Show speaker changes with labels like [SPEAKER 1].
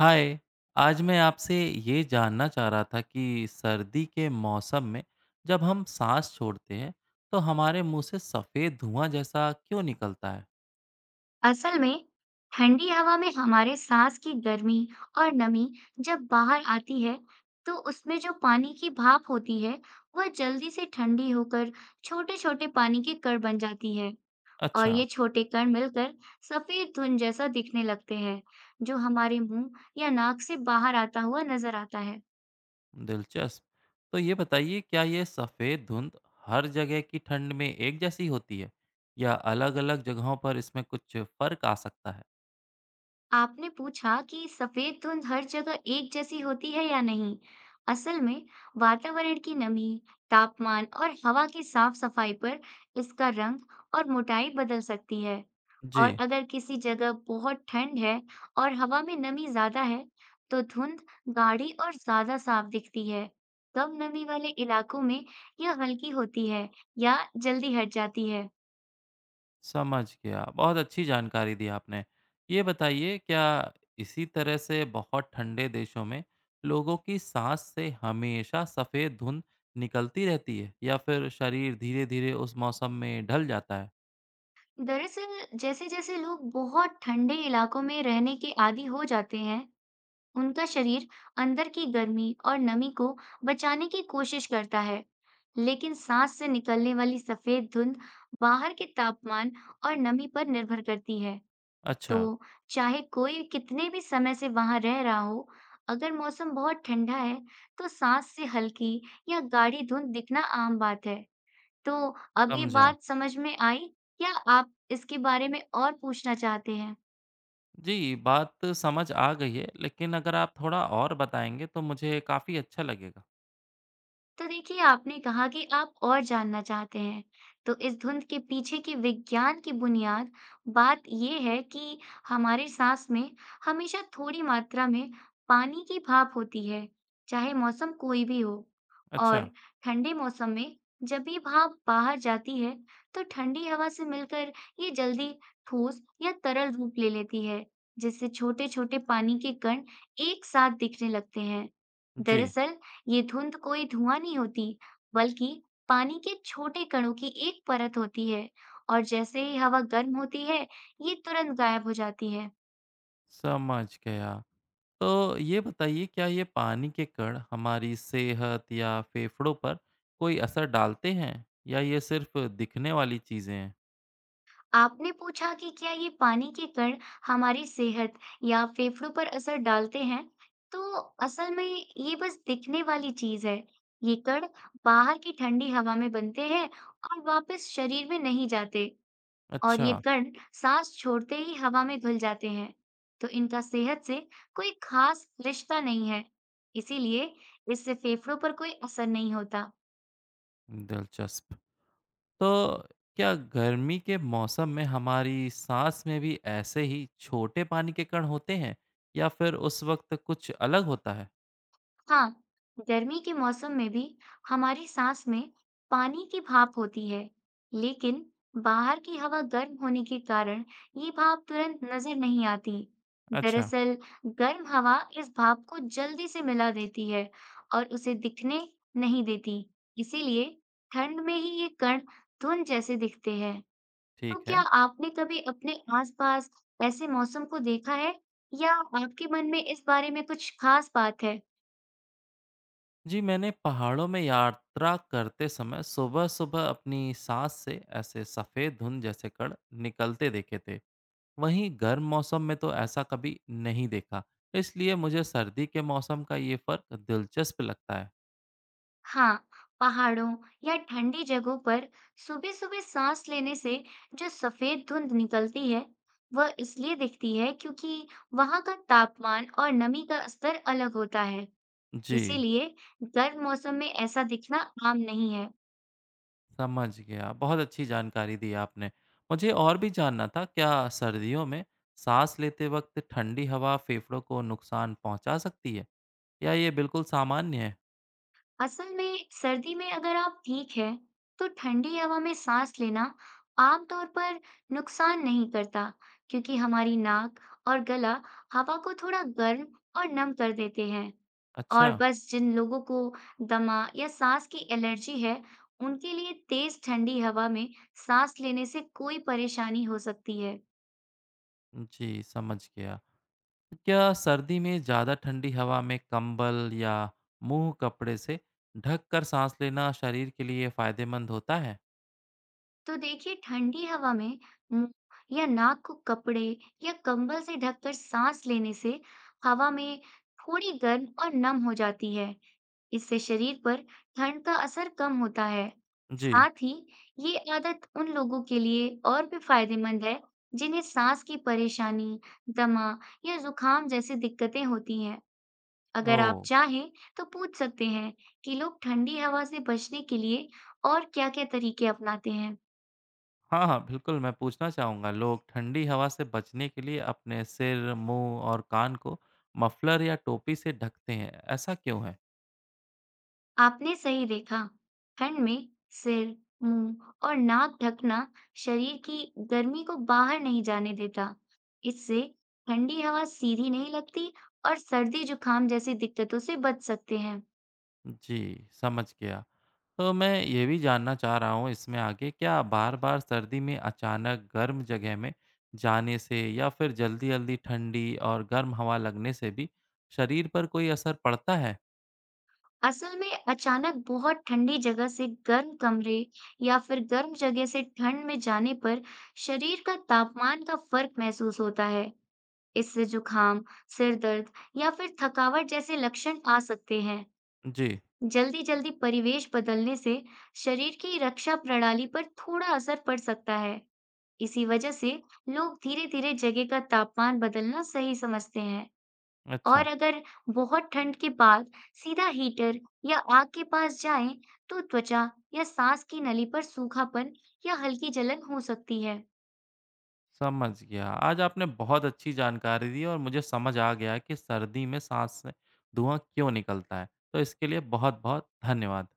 [SPEAKER 1] हाय। आज मैं आपसे ये जानना चाह रहा था कि सर्दी के मौसम में जब हम सांस छोड़ते हैं तो हमारे मुंह से सफ़ेद धुआं जैसा क्यों निकलता है।
[SPEAKER 2] असल में ठंडी हवा में हमारे सांस की गर्मी और नमी जब बाहर आती है, तो उसमें जो पानी की भाप होती है, वह जल्दी से ठंडी होकर छोटे छोटे पानी के कण बन जाती है। और
[SPEAKER 1] अच्छा।
[SPEAKER 2] ये छोटे कण मिलकर सफेद धुंध जैसा दिखने लगते हैं, जो हमारे मुंह या नाक से बाहर आता हुआ नजर आता है।
[SPEAKER 1] दिलचस्प। तो ये बताइए क्या ये सफ़ेद धुंध हर जगह की ठंड में एक जैसी होती है या अलग-अलग जगहों पर इसमें कुछ फ़र्क आ सकता है।
[SPEAKER 2] आपने पूछा कि सफेद धुंध हर जगह एक जैसी होती है या नहीं। असल में वातावरण की नमी, तापमान और हवा की साफ सफाई पर इसका रंग और मोटाई बदल सकती है। और
[SPEAKER 1] जी।
[SPEAKER 2] अगर किसी जगह बहुत ठंड है और हवा में नमी ज्यादा है, तो धुंध गाढ़ी और ज्यादा साफ दिखती है। कम नमी वाले इलाकों में यह हल्की होती है या जल्दी हट जाती है।
[SPEAKER 1] समझ गया। बहुत अच्छी जानकारी दी आपने। ये बताइए क्या इसी तरह से बहुत ठंडे देशों में लोगों की साँस से हमेशा सफ़ेद धुंध निकलती रहती है या फिर शरीर धीरे-धीरे उस मौसम में ढल जाता है?
[SPEAKER 2] दरअसल जैसे जैसे लोग बहुत ठंडे इलाकों में रहने के आदी हो जाते हैं, उनका शरीर अंदर की गर्मी और नमी को बचाने की कोशिश करता है, लेकिन सांस से निकलने वाली सफेद धुंध बाहर के तापमान और नमी पर निर्भर करती है। तो
[SPEAKER 1] अच्छा,
[SPEAKER 2] चाहे कोई कितने भी समय से वहां रह रहा हो, अगर मौसम बहुत ठंडा है, तो सांस से हल्की या गाढ़ी धुंध दिखना आम बात है। तो अब ये
[SPEAKER 1] समझा।
[SPEAKER 2] बात समझ में आई? क्या आप इसके बारे में और पूछना चाहते हैं?
[SPEAKER 1] जी, बात समझ आ गई है लेकिन अगर आप थोड़ा और बताएँगे तो मुझे काफ़ी अच्छा लगेगा।
[SPEAKER 2] तो देखिए आपने कहा कि आप और जानना चाहते हैं। तो इस धुंध के पीछे की विज्ञान की बुनियाद बात यह है कि हमारे सांस में हमेशा थोड़ी मात्रा में पानी की भाप होती है, चाहे मौसम कोई भी हो।
[SPEAKER 1] अच्छा।
[SPEAKER 2] और ठंडे मौसम में जब भी भाप बाहर जाती है, तो ठंडी हवा से मिलकर ये जल्दी ठोस या तरल रूप ले लेती है, जिससे छोटे छोटे पानी के कण एक साथ दिखने लगते हैं।
[SPEAKER 1] जी,
[SPEAKER 2] दरअसल ये धुंध कोई धुआं नहीं होती, बल्कि पानी के छोटे कणों की एक परत होती है। और जैसे ही हवा गर्म होती है, ये तुरंत गायब हो जाती है।
[SPEAKER 1] समझ गया। तो ये बताइए क्या ये पानी के कण हमारी सेहत या फेफड़ों पर कोई असर डालते हैं या ये सिर्फ दिखने वाली चीजें हैं?
[SPEAKER 2] आपने पूछा कि क्या ये पानी के कण हमारी सेहत या फेफड़ों पर असर डालते हैं। तो असल में ये बस दिखने वाली चीज है। ये कण बाहर की ठंडी हवा में बनते हैं और वापस शरीर में नहीं जाते। और
[SPEAKER 1] अच्छा,
[SPEAKER 2] ये कण सांस छोड़ते ही हवा में घुल जाते हैं, तो इनका सेहत से कोई खास रिश्ता नहीं है, इसीलिए इससे फेफड़ों पर कोई असर नहीं होता।
[SPEAKER 1] दिलचस्प। तो क्या गर्मी के मौसम में हमारी सांस में भी ऐसे ही छोटे पानी के कण होते हैं या फिर उस वक्त कुछ अलग होता है?
[SPEAKER 2] हाँ, गर्मी के मौसम में भी हमारी सांस में पानी की भाप होती है, लेकिन बाहर की हवा गर्म होने के कारण ये भाप तुरंत नजर नहीं आती।
[SPEAKER 1] अच्छा।
[SPEAKER 2] दरअसल, गर्म हवा इस भाप को जल्दी से मिला देती है और उसे दिखने नहीं देती। इसीलिए ठंड में ही ये कण धुंध जैसे दिखते हैं। तो
[SPEAKER 1] ठीक
[SPEAKER 2] क्या
[SPEAKER 1] है।
[SPEAKER 2] आपने कभी अपने आसपास ऐसे मौसम को देखा है, या आपके मन में इस बारे में कुछ खास बात है?
[SPEAKER 1] जी, मैंने पहाड़ों में यात्रा करते समय सुबह-सुबह अपनी सांस से ऐसे सफेद धुंध जैसे कण निकलते देखे थे। वहीं गर्म मौसम में तो ऐसा कभी नहीं देखा, तो इसलिए मुझे सर्दी के मौसम का ये फ़र्क दिलचस्प लगता है।
[SPEAKER 2] हाँ, पहाड़ों या ठंडी जगहों पर सुबह-सुबह सांस लेने से जो सफेद धुंध निकलती है, वह इसलिए दिखती है क्योंकि वहां का तापमान और नमी का स्तर अलग होता है।
[SPEAKER 1] जी,
[SPEAKER 2] इसीलिए गर्म मौसम में ऐसा दिखना आम नहीं है।
[SPEAKER 1] समझ गया। बहुत अच्छी जानकारी दी आपने। मुझे और भी जानना था, क्या सर्दियों में साँस लेते वक्त ठंडी हवा फेफड़ों को नुकसान पहुँचा सकती है, या ये बिल्कुल सामान्य है?
[SPEAKER 2] असल में सर्दी में अगर आप ठीक है, तो ठंडी हवा में सांस लेना आमतौर पर नुकसान नहीं करता, क्योंकि हमारी नाक और गला हवा को थोड़ा गर्म और नम कर देते हैं।
[SPEAKER 1] अच्छा।
[SPEAKER 2] और बस जिन लोगों को दमा या सांस की एलर्जी है, उनके लिए तेज ठंडी हवा में सांस लेने से कोई परेशानी हो सकती है।
[SPEAKER 1] जी, समझ गया। क्या सर्दी में ज़्यादा ठंडी हवा में कंबल या मुँह कपड़े से ढक कर साँस लेना शरीर के लिए फ़ायदेमंद होता है?
[SPEAKER 2] तो देखिए ठंडी हवा में मुंह या नाक को कपड़े या कंबल से ढककर सांस लेने से हवा में थोड़ी गर्म और नम हो जाती है। इससे शरीर पर ठंड का असर कम होता है।
[SPEAKER 1] जी।
[SPEAKER 2] साथ ही ये आदत उन लोगों के लिए और भी फायदेमंद है, जिन्हें सांस की परेशानी, दमा या जुकाम जैसी दिक्कतें होती हैं। अगर आप
[SPEAKER 1] ओह!
[SPEAKER 2] चाहें, तो पूछ सकते हैं कि लोग ठंडी हवा से बचने के लिए और क्या-क्या तरीके अपनाते हैं।
[SPEAKER 1] हाँ, हाँ, बिल्कुल मैं पूछना चाहूँगा लोग ठंडी हवा से बचने के लिए अपने सिर, मुँह और कान को मफ़लर या टोपी से ढकते हैं, ऐसा क्यों है?
[SPEAKER 2] आपने सही देखा, ठंड में सिर, मुंह और नाक ढकना शरीर की गर्मी को बाहर नहीं जाने देता। इससे ठंडी हवा सीधी नहीं लगती और सर्दी जुकाम जैसी दिक्कतों से बच सकते हैं।
[SPEAKER 1] जी, समझ गया। तो मैं ये भी जानना चाह रहा हूँ इसमें आगे क्या बार-बार सर्दी में अचानक गर्म जगह में जाने से या फिर जल्दी-जल्दी ठंडी और गर्म हवा लगने से भी शरीर पर कोई असर पड़ता है?
[SPEAKER 2] असल में अचानक बहुत ठंडी जगह से गर्म कमरे या फिर गर्म जगह से ठंड में जाने पर शरीर का तापमान का फर्क महसूस होता है। इससे जुकाम, सिर दर्द या फिर थकावट जैसे लक्षण आ सकते हैं।
[SPEAKER 1] जी,
[SPEAKER 2] जल्दी-जल्दी परिवेश बदलने से शरीर की रक्षा प्रणाली पर थोड़ा असर पड़ सकता है। इसी वजह से लोग धीरे-धीरे जगह का तापमान बदलना सही समझते हैं। और
[SPEAKER 1] अच्छा।
[SPEAKER 2] अगर बहुत ठंड के बाद सीधा हीटर या आग के पास जाएं, तो त्वचा या सांस की नली पर सूखापन या हल्की जलन हो सकती है।
[SPEAKER 1] समझ गया। आज आपने बहुत अच्छी जानकारी दी और मुझे समझ आ गया कि सर्दी में साँस से धुआँ क्यों निकलता है। तो इसके लिए बहुत-बहुत धन्यवाद।